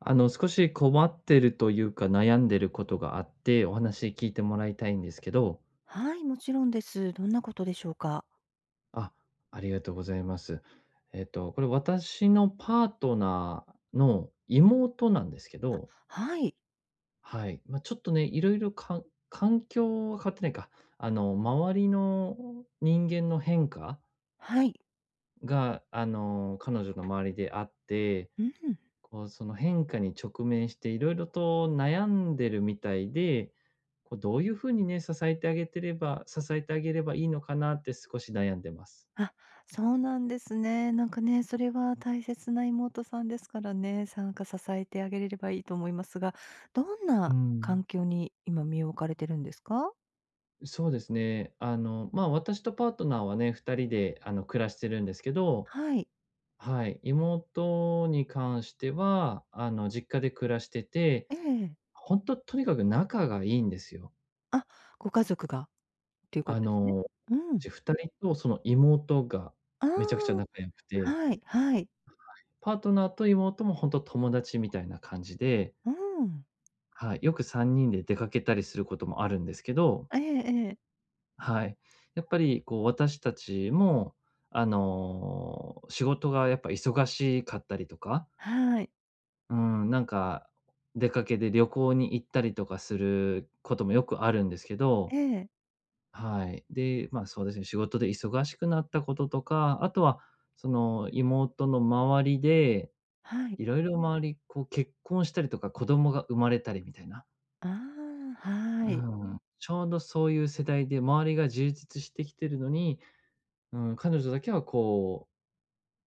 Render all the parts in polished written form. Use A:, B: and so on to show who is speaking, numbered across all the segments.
A: 少し困ってるというか、悩んでることがあって、お話聞いてもらいたいんですけど。
B: はい、もちろんです。どんなことでしょうか？
A: あ、ありがとうございます。これ私のパートナーの妹なんですけど、
B: はい、
A: はい。まあ、ちょっとね、色々環境は変わってないか、周りの人間の変化
B: はい。
A: が、彼女の周りであって、
B: うん。
A: こう、その変化に直面して、いろいろと悩んでるみたいで、こう、どういう風にね、支えてあげればいいのかなって少し悩んでます。
B: あ、そうなんですね。なんかね、それは大切な妹さんですからね、参んか支えてあげれればいいと思いますが、どん
A: う
B: な
A: ん。
B: 環境に今身を置かれてるんですか？
A: そうですね。ま、私とパートナーはね、2人で、暮らしてるんですけど、
B: はい。
A: はい、妹に関しては、実家で暮らしてて、
B: ええ。
A: 本当と、にかく仲がいいんですよ。
B: あ、ご家族がっていうこ
A: あ
B: とですね。
A: の、
B: うん。
A: う2人とその妹が
B: あ
A: めちゃくちゃ仲良く
B: あ、
A: て、
B: はいはい。
A: パートナーと妹も本当友達みたいな感じで、
B: うん。
A: はい、よく3人で出かけたりすることもあるんですけど、
B: ええええ。
A: はい。やっぱりこう私たちも、仕事がやっぱ忙しかったりとか、
B: はい。
A: うん、なんか出かけで旅行に行ったりとかすることもよくあるんですけど、
B: ええ。
A: はい。で、まあ、そうですね、仕事で忙しくなったこととか、あとはその妹の周りで
B: はい。
A: いろいろ周り、こう結婚したりとか、子供が生まれたりみたいな。
B: ああ、
A: う
B: はい。
A: ん。ちょうどそういう世代で、周りが充実してきてるのに、うん、彼女だけはこ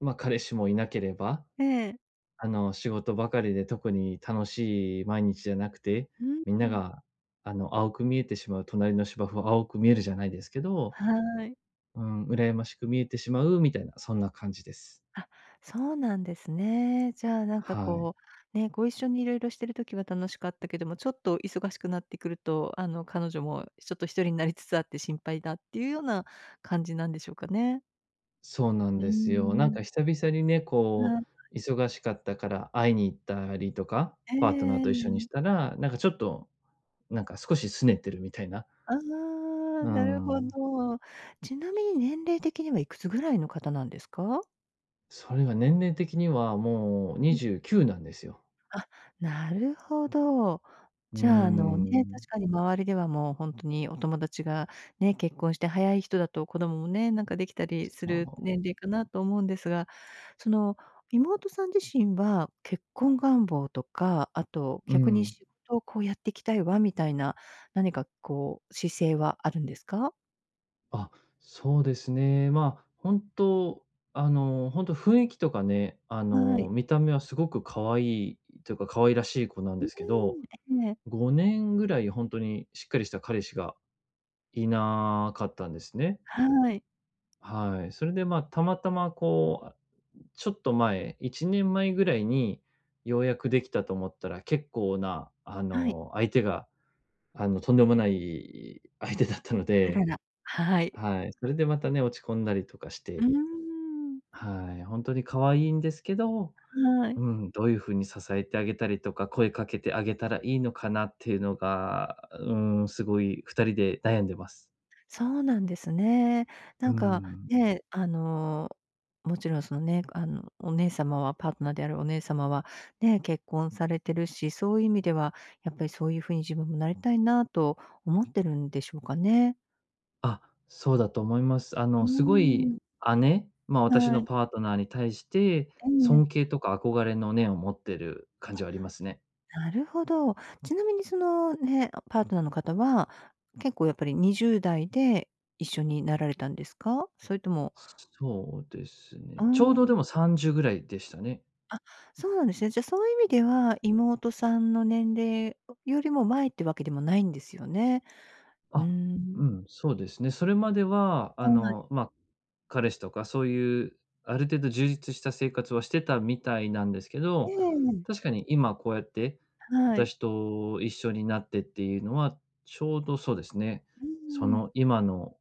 A: う、ま、彼氏もいなければ、
B: ええ。
A: 仕事ばかりで特に楽しい毎日じゃなくて、
B: うん。
A: みんなが、青く見えてしまう、隣の芝生は青く見えるじゃないですけど、
B: はい。
A: うん、羨ましく見えてしまうみたいな、そんな感じです。
B: あ、そうなんですね。じゃあ、なんか
A: はい。
B: こう、ね、ご一緒にいろいろしてる時は楽しかったけども、ちょっと忙しくなってくると、あの、彼女もちょっと一人になりつつあって心配だっていうような感じなんでしょうかね？
A: そうなん
B: うー
A: ですよ。なん
B: ん。
A: か久々にね、
B: は
A: こ
B: い。
A: う、忙しかったから会いに行ったりとか、パ
B: え
A: ートナーと一緒にした
B: え。
A: ら、なんかちょっと、なんか少し拗ねてるみたいな。
B: あ
A: う
B: あ、なるほ
A: ん。
B: ど。ちなみに年齢的にはいくつぐらいの方なんですか？
A: それが年齢的にはもう29なんですよ。
B: なるほど。
A: うー
B: じゃあ、あのね、
A: ん。
B: 確かに周りではもう本当にお友達がね、結婚して早い人だと子供もね、なんかできたりする
A: そう。
B: 年齢かなと思うんですが、その妹さん自身は結婚願望とか、あと
A: う
B: 逆に
A: ん。
B: 仕事をこうやっていきたいわみたいな、何かこう姿勢はあるんですか？
A: あ、そうですね。まあ、本当本当雰囲気とかね、
B: はい。
A: 見た目はすごく可愛いというか、可愛らしい子なん
B: う
A: ですけ
B: ー
A: ど、
B: ん、ええ。
A: 5年ぐらい本当にしっかりした彼氏がいなかったんですね。
B: はい。
A: はい。それで、まあ、たまたまこう、ちょっと前、1年前ぐらいにようやくできたと思ったら、結構な、
B: はい。
A: 相手が、とんでもない相手だったの
B: あ
A: で、
B: らら。はい。
A: はい。それでまたね、落ち込んだりとかし
B: う
A: て、
B: ーん。
A: はい。本当に可愛いんですけど、
B: はい。
A: うん、どういう風に支えてあげたりとか、声かけてあげたらいいのかなっていうのが、うん、すごい2人で悩んでます。
B: そうなんですね。な
A: う
B: んか、
A: ん。
B: ね、あの、もちろんそのね、あの、お姉様はパートナーであるお姉様は、ね、結婚されてるし、そういう意味では、やっぱりそういう風に自分もなりたいなと思ってるんでしょうかね。
A: あ、そうだと思います。
B: うー
A: すごい
B: ん、
A: 姉、ま、私
B: は
A: の
B: い。
A: パートナーに対して、
B: ええ。
A: 尊 敬とか憧れの念を持ってる感じはありますね。
B: なるほど。ちなみにそのね、パートナーの方は、結構やっぱり20代で一緒になられたんですか？それとも。
A: そうです
B: う
A: ね。
B: ー
A: ちょうどで
B: ん。
A: も30ぐらいでしたね。
B: あ、そうなんですね。じゃ、あそういう意味では、妹さんの年齢よりも前ってわけでもないんですよね。うー
A: あ、う
B: ん。
A: ん、そうですね。それまでは、
B: はい。
A: まあ、彼氏とかそういう、ある程度充実した生活はしてたみたいなんですけ
B: え
A: ど、
B: え。
A: 確かに今こうやって、
B: はい。
A: 私と一緒になってっていうのは、ちょうどそうですね、
B: う
A: そ
B: ーん。
A: の今の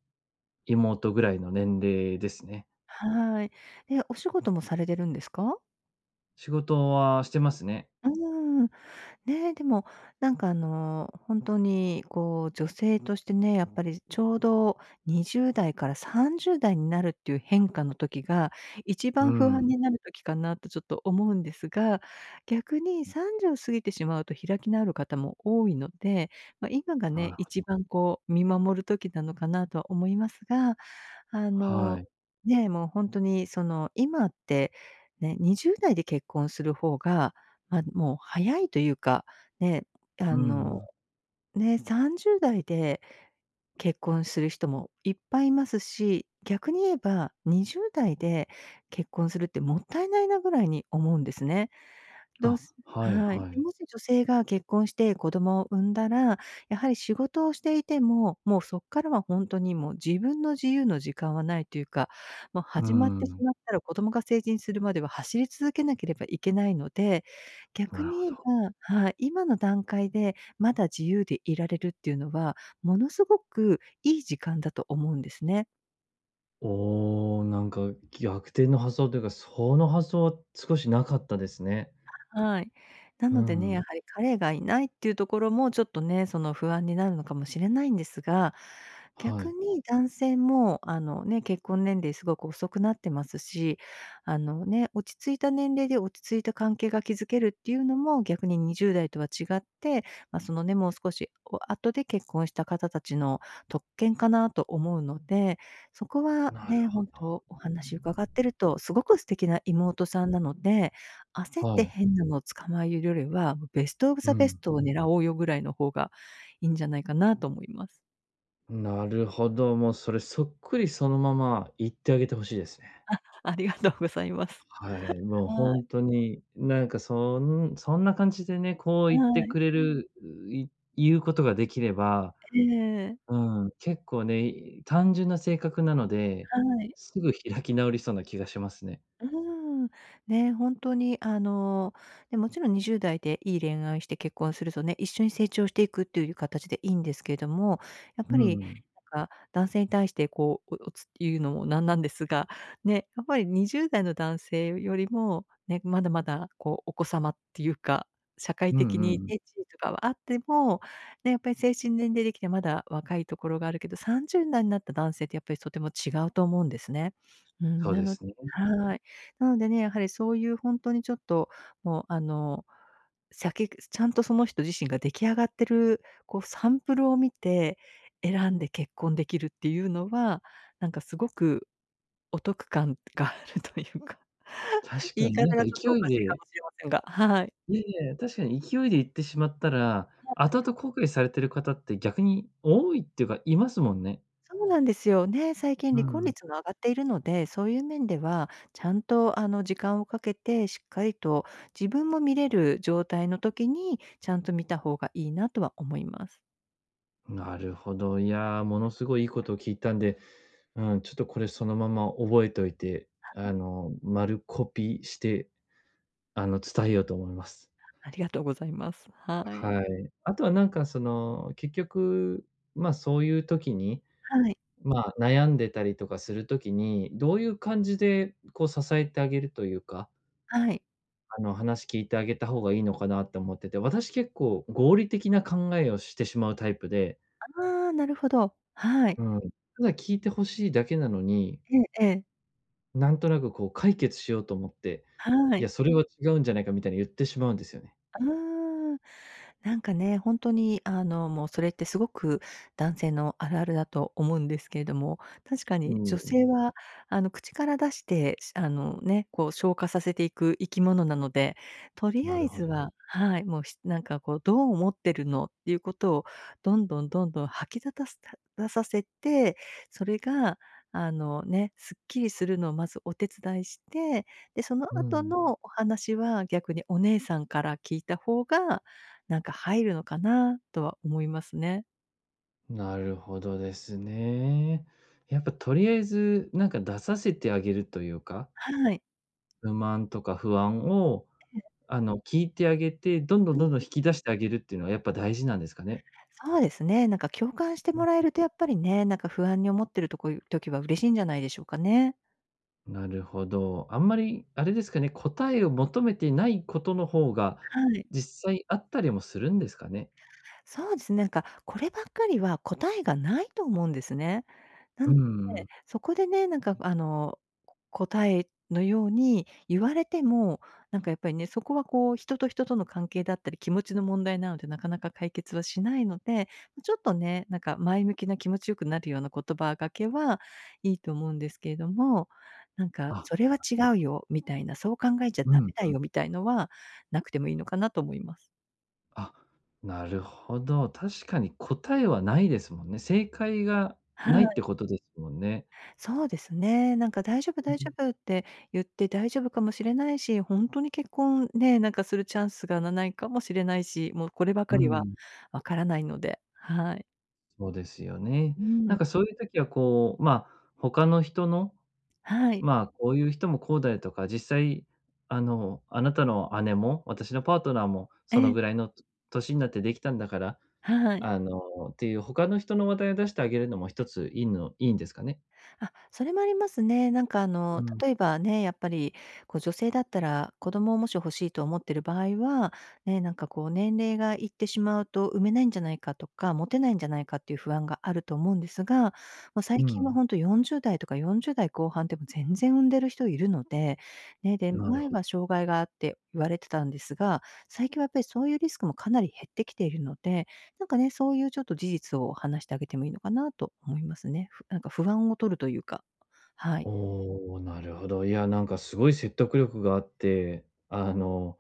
A: 妹ぐらいの年齢ですね。
B: はい。で、お仕事もされてるんですか？
A: 仕事はしてますね。
B: うーん。ねえ、でも、なんかあの、本当にこう、女性としてね、やっぱりちょうど20代から30代になるっていう変化の時が、一
A: う
B: 番不安
A: ん、
B: になる時かなとちょっと思うんですが、逆に30過ぎてしまうと開き直る方も多いので、まあ、今が
A: な
B: ね、
A: るほど。
B: 一番こう見守る時なのかなとは思いますが、あ
A: は
B: の、
A: い。
B: ねえ、もう本当にその、今ってね、20代で結婚する方がま、もう早いというか、ね、
A: う
B: あの、
A: ん。
B: ね、30代で結婚する人もいっぱいいますし、逆に言えば20代で結婚するってもったいないなぐらいに思うんですね。どう
A: あ、
B: す
A: はい
B: はい。
A: は
B: で、
A: い。
B: もし女性が結婚して子供を産んだら、やはり仕事をしていても、もうそっからは本当にもう自分の自由の時間はないというか、もう
A: う
B: 始まってし
A: ん、
B: まったら子供が成人するまでは走り続けなければいけないので、
A: な
B: 逆
A: る
B: に
A: ほ
B: 言え
A: ど。
B: ばはい、今の段階でまだ自由でいられるっていうのはものすごくいい時間だと思うんですね。
A: おお、なんか逆転の発想というか、その発想は少しなかったですね。
B: はい。な
A: う
B: のでね、や
A: ん、
B: はり彼がいないっていうところもちょっとね、その不安になるのかもしれないんですが、
A: は
B: 逆
A: い。
B: に男性もあのね、結婚年齢すごく遅くなってますし、あのね、落ち着いた年齢で落ち着いた関係が築けるっていうのも逆に20代とは違って、まあ、そのね、もう少しお後で結婚した方たちの特権かなと思うので、そこは
A: なる
B: ね、本
A: ほ
B: 当お
A: ど。
B: 話伺ってるとすごく素敵な妹さんなので焦っ
A: は
B: て
A: い。
B: 変なのを捕まえるよりは、もうベストオブ
A: う
B: ザベ
A: ん。
B: ストを狙おうよぐらいの方がいいんじゃないかなと思います。
A: なるほど、もうそれそっくりそのまま言ってあげてほしいですね。
B: ありがとうございます。
A: はい、もう
B: はい。
A: 本当に、なんかそんな感じでね、こう
B: は
A: 言って
B: い。
A: くれる、い言うことができれば、
B: ええ。
A: うん、結構ね、単純な性格なので、
B: はい。
A: すぐ開き直りそうな気がしますね。
B: うーん。ね、本当に、あの、ね、もちろん20代でいい恋愛して結婚するとね、一緒に成長していくっていう形でいいんですけれども、やっぱ
A: う
B: り、
A: ん。
B: なんか、男性に対してこう、おおつ言うのもなんなんですが、ね、やっぱり20代の男性よりも、ね、まだまだこう、お子様っていうか、社会
A: うん
B: 的
A: う
B: にね、
A: ん、
B: 地位とかはあっても、ね、やっぱり精神年齢できてまだ若いところがあるけど、30代になった男性ってやっぱりとても違うと思うんですね。うん、
A: そう
B: な
A: で
B: の
A: すね。
B: はい。なのでね、やはりそういう本当にちょっと、もうあの、先ちゃんとその人自身が出来上がってる、こうサンプルを見て、選んで結婚できるっていうのは、なんかすごくお得感があるというか、
A: 確か
B: 言い
A: にな
B: 方
A: んか
B: がちょっとお
A: 勢い
B: かしいか
A: で、
B: もしれませんが、はい。
A: いやいや、確かに勢いで行ってしまったら、後々後悔されてる方って逆に多いっていうか、いますもんね。
B: そうなんですよ。ね、最近
A: う
B: 離婚
A: ん。
B: 率も上がっているので、そういう面では、ちゃんとあの時間をかけて、しっかりと自分も見れる状態の時に、ちゃんと見た方がいいなとは思います。
A: なるほど。いやー、ものすごいいいことを聞いたんで、うん、ちょっとこれそのまま覚えておいて、丸コピーして、伝えようと思います。
B: ありがとうございます。はい。
A: はい。あとはなんかその、結局、ま、そういう時に、
B: はい、
A: まあ、悩んでたりとかする時に、どういう感じでこう支えてあげるというか、
B: はい。
A: 話聞いてあげた方がいいのかなって思ってて、私結構合理的な考えをしてしまうタイプで、
B: ああ、なるほど。はい。
A: うん、ただ聞いてほしいだけなのに、
B: ええええ。
A: なんとなくこう解決しようと思って、
B: は
A: いや、
B: い。
A: それは違うんじゃないかみたいに言ってしまうんですよね。
B: うーん。なんかね、本当にあの、もうそれってすごく男性のあるあるだと思うんですけれども、確か
A: う
B: に女
A: ん、
B: 性はあの、口から出して、あのね、こう消化させていく生き物なので、とり
A: な
B: あ
A: る
B: え
A: ほ
B: ず
A: ど。
B: ははい、もうひなんかこう、どう思ってるのっていうことをどんどんどんどん吐きだたす出させて、それがあのね、すっきりするのをまずお手伝いして、で、その
A: う
B: 後
A: ん、
B: のお話は、逆にお姉さんから聞いた方が、なんか入るのかなとは思いますね。
A: なるほどですね。やっぱとりあえず、なんか出させてあげるというか、
B: はい。
A: 不満とか不安を聞いてあげて、どんどん
B: うん、
A: どんどん引き出してあげるっていうのはやっぱ大事なんですかね？
B: そうですね。なんか共感して
A: う
B: も
A: ん。
B: らえるとやっぱりね、なんか不安に思ってる時は嬉しいんじゃないでしょうかね。
A: なるほど。あんまりあれですかね、答えを求めてないことの方が、
B: はい。
A: 実際あったりもするんですかね？
B: そうですね、なんかこればっかりは答えがないと思うんですね。な
A: うー
B: ので、
A: ん。
B: そこでね、なんかあの、答えのように言われても、なんかやっぱりね、そこはこう人と人との関係だったり、気持ちの問題なので、なかなか解決はしないので、ちょっとね、なんか前向きな気持ちよくなるような言葉がけはいいと思うんですけれども、なんか
A: あ、
B: 「それは
A: なる
B: 違
A: ほ
B: う
A: ど、
B: よ」みたいな、「そう考えちゃダ
A: う
B: メ
A: ん。
B: だよ」みたいのはなくてもいいのかなと思います。
A: あ、なるほど。確かに答えはないですもんね。正解が
B: は
A: ないって
B: い。
A: ことですもんね。
B: そうですね。なんか大丈夫
A: う
B: 大丈
A: ん。
B: 夫って言って大丈夫かもしれないし、本当に結婚ね、なんかするチャンスがないかもしれないし、もうこれば
A: う
B: かりは
A: ん。
B: わからないので、はい。
A: そうですよね。
B: う
A: なん
B: ん、
A: かそういう時はこう、まあ、他の人の、
B: はい。
A: まあ、こういう人もこうだよとか、実際、あなたの姉も、私のパートナーも
B: え
A: その
B: え、
A: ぐらいの年になってできたんだから、
B: はい。
A: あの、っていう他の人の話題を出してあげるのも一ついいんですかね？
B: あ、それもありますね。なんかあ
A: う
B: の、
A: ん、
B: 例えばね、やっぱり、こう女性だったら、子供をもし欲しいと思ってる場合は、ね、なんかこう年齢がいってしまうと産めないんじゃないかとか、持てないんじゃないかっていう不安があると思うんですが、まあ、最
A: う
B: 近は
A: ん。
B: 40代とか40代後半でも全然産んでる人いるので、ね、で、
A: なる
B: 前
A: ほど。
B: は障害があって言われてたんですが、最近はやっぱりそういうリスクもかなり減ってきているので、なんかね、そういうちょっと事実を話してあげてもいいのかなと思いますね。なんか不安を取るというか、はい。
A: おお、なるほど。いや、なんかすごい説得力があって、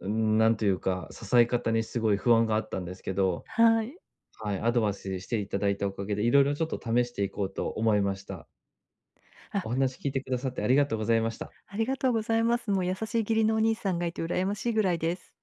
A: なんというか、支え方にすごい不安があったんですけど、
B: はい。
A: はい、アドバイスしていただいたおかげで、いろいろちょっと試していこうと思いました。
B: あ、
A: お話聞いてくださってありがとうございました。
B: ありがとうございます。もう優しい義理のお兄さんがいて羨ましいぐらいです。